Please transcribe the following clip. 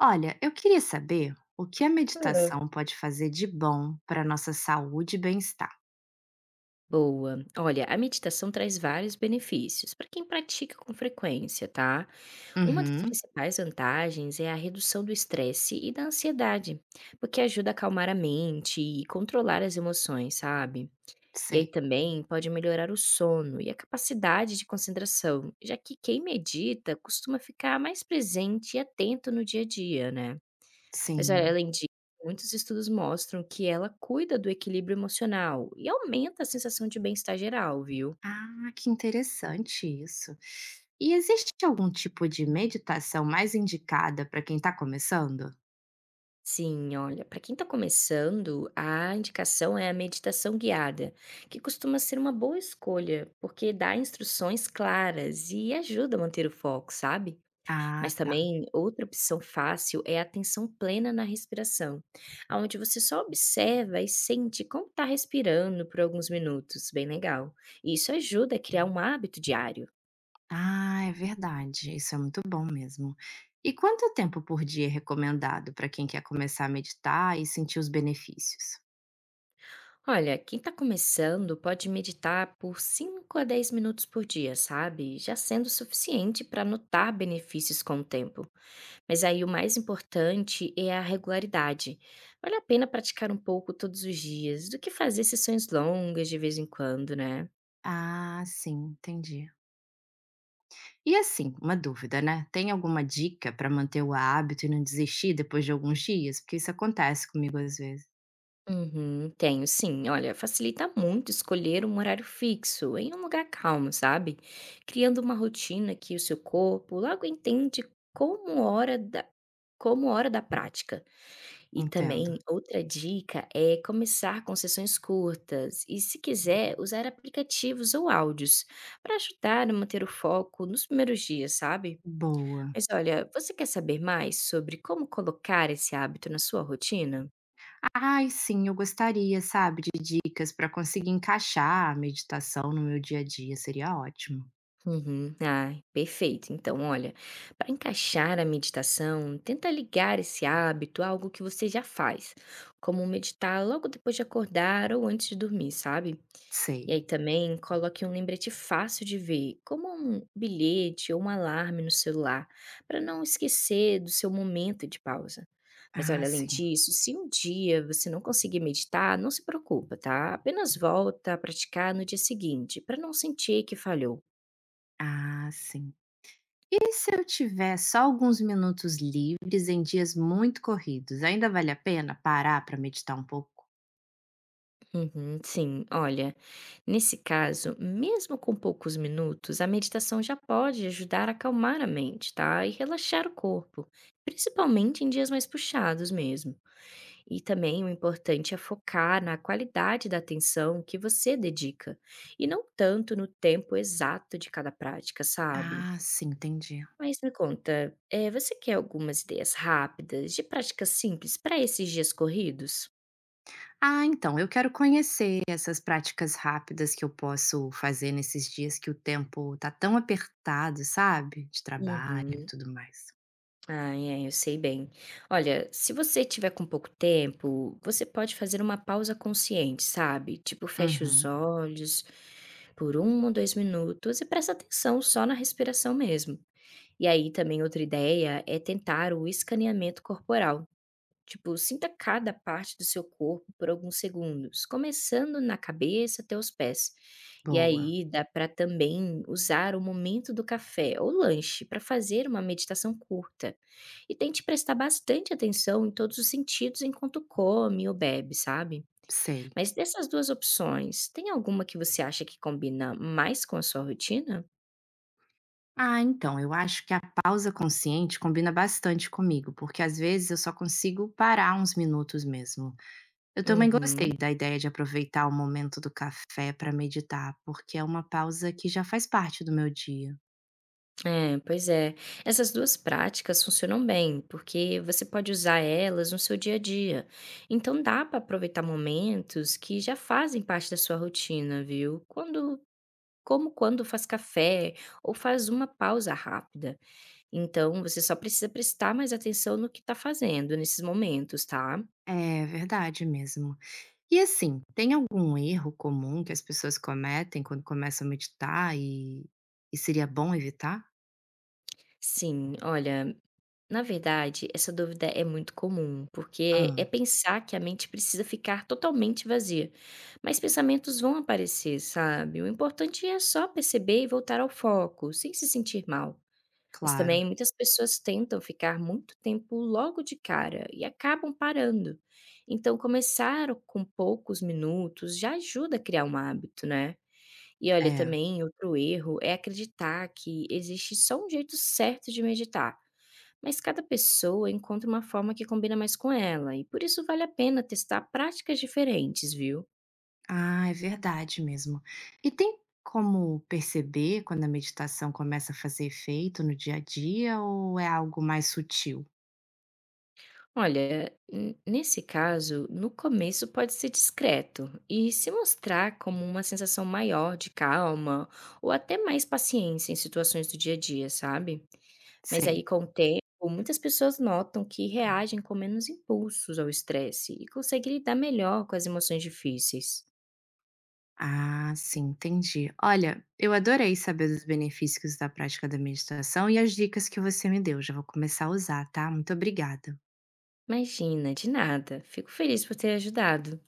Olha, eu queria saber o que a Hã. meditação pode fazer de bom para nossa saúde e bem-estar. Boa. Olha, a meditação traz vários benefícios para quem pratica com frequência, tá? Uma das Uhum, principais vantagens é a redução do estresse e da ansiedade, porque ajuda a acalmar a mente e controlar as emoções, sabe? E aí sei. também pode melhorar o sono e a capacidade de concentração, já que quem medita costuma ficar mais presente e atento no dia a dia, né? Mas olha, Sim. além disso, muitos estudos mostram que ela cuida do equilíbrio emocional e aumenta a sensação de bem-estar geral, viu? Ah, que interessante isso. E existe algum tipo de meditação mais indicada para quem está começando? Sim, olha, para quem está começando, a indicação é a meditação guiada, que costuma ser uma boa escolha, porque dá instruções claras e ajuda a manter o foco, sabe? Ah, Mas tá. também outra opção fácil é a atenção plena na respiração, aonde você só observa e sente como está respirando por alguns minutos, bem legal. E isso ajuda a criar um hábito diário. Ah, é verdade. Isso é muito bom mesmo. E quanto tempo por dia é recomendado para quem quer começar a meditar e sentir os benefícios? Olha, quem está começando pode meditar por 5 a 10 minutos por dia, sabe? Já sendo suficiente para notar benefícios com o tempo. Mas aí o mais importante é a regularidade. Vale a pena praticar um pouco todos os dias, do que fazer sessões longas de vez em quando, né? Ah, sim, entendi. E assim, uma dúvida, né? Tem alguma dica para manter o hábito e não desistir depois de alguns dias? Porque isso acontece comigo às vezes. Uhum, tenho sim. Olha, facilita muito escolher um horário fixo em um lugar calmo, sabe? Criando uma rotina que o seu corpo logo entende como hora da, como hora da prática. E Entendo. também outra dica é começar com sessões curtas e, se quiser, usar aplicativos ou áudios para ajudar a manter o foco nos primeiros dias, sabe? Boa. Mas olha, você quer saber mais sobre como colocar esse hábito na sua rotina? Ai, sim, eu gostaria, sabe, de dicas para conseguir encaixar a meditação no meu dia a dia, seria ótimo. Uhum. Ah, perfeito. Então, olha, para encaixar a meditação, tenta ligar esse hábito a algo que você já faz, como meditar logo depois de acordar ou antes de dormir, sabe? Sei. E aí também coloque um lembrete fácil de ver, como um bilhete ou um alarme no celular, para não esquecer do seu momento de pausa. Mas Ah, olha, além sim. disso, se um dia você não conseguir meditar, não se preocupa, tá? Apenas volta a praticar no dia seguinte, para não sentir que falhou. Ah, sim. E se eu tiver só alguns minutos livres em dias muito corridos, ainda vale a pena parar para meditar um pouco? Uhum, sim, olha, nesse caso, mesmo com poucos minutos, a meditação já pode ajudar a acalmar a mente, tá? E relaxar o corpo, principalmente em dias mais puxados mesmo. E também o importante é focar na qualidade da atenção que você dedica, e não tanto no tempo exato de cada prática, sabe? Ah, sim, entendi. Mas me conta, você quer algumas ideias rápidas de práticas simples para esses dias corridos? Ah, então, eu quero conhecer essas práticas rápidas que eu posso fazer nesses dias que o tempo tá tão apertado, sabe? De trabalho e Uhum. tudo mais. Ah, é, eu sei bem. Olha, se você tiver com pouco tempo, você pode fazer uma pausa consciente, sabe? Tipo, fecha os Uhum, olhos por um ou dois minutos e presta atenção só na respiração mesmo. E aí também outra ideia é tentar o escaneamento corporal. Tipo, sinta cada parte do seu corpo por alguns segundos, começando na cabeça até os pés. E boa, aí dá para também usar o momento do café ou lanche para fazer uma meditação curta. E tente prestar bastante atenção em todos os sentidos enquanto come ou bebe, sabe? sei. Mas dessas duas opções, tem alguma que você acha que combina mais com a sua rotina? Ah, então, eu acho que a pausa consciente combina bastante comigo, porque às vezes eu só consigo parar uns minutos mesmo. Eu também gostei Uhum. da ideia de aproveitar o momento do café para meditar, porque é uma pausa que já faz parte do meu dia. É, pois é. Essas 2 práticas funcionam bem, porque você pode usar elas no seu dia a dia. Então dá para aproveitar momentos que já fazem parte da sua rotina, viu? Quando Como quando faz café ou faz uma pausa rápida. Então você só precisa prestar mais atenção no que está fazendo nesses momentos, tá? É verdade mesmo. E assim, tem algum erro comum que as pessoas cometem quando começam a meditar e seria bom evitar? Sim, olha. Na verdade, essa dúvida é muito comum, porque é Ah, pensar que a mente precisa ficar totalmente vazia. Mas pensamentos vão aparecer, sabe? O importante é só perceber e voltar ao foco, sem se sentir mal. Mas claro, também muitas pessoas tentam ficar muito tempo logo de cara e acabam parando. Então, começar com poucos minutos já ajuda a criar um hábito, né? E olha, é. também outro erro é acreditar que existe só um jeito certo de meditar, mas cada pessoa encontra uma forma que combina mais com ela, e por isso vale a pena testar práticas diferentes, viu? Ah, é verdade mesmo. E tem como perceber quando a meditação começa a fazer efeito no dia a dia ou é algo mais sutil? Olha, nesse caso, no começo pode ser discreto e se mostrar como uma sensação maior de calma ou até mais paciência em situações do dia a dia, sabe? Mas Sei. aí, com o tempo, muitas pessoas notam que reagem com menos impulsos ao estresse e conseguem lidar melhor com as emoções difíceis. Ah, sim, entendi. Olha, eu adorei saber dos benefícios da prática da meditação e as dicas que você me deu. Já vou começar a usar, tá? Muito obrigada. Imagina, de nada. Fico feliz por ter ajudado.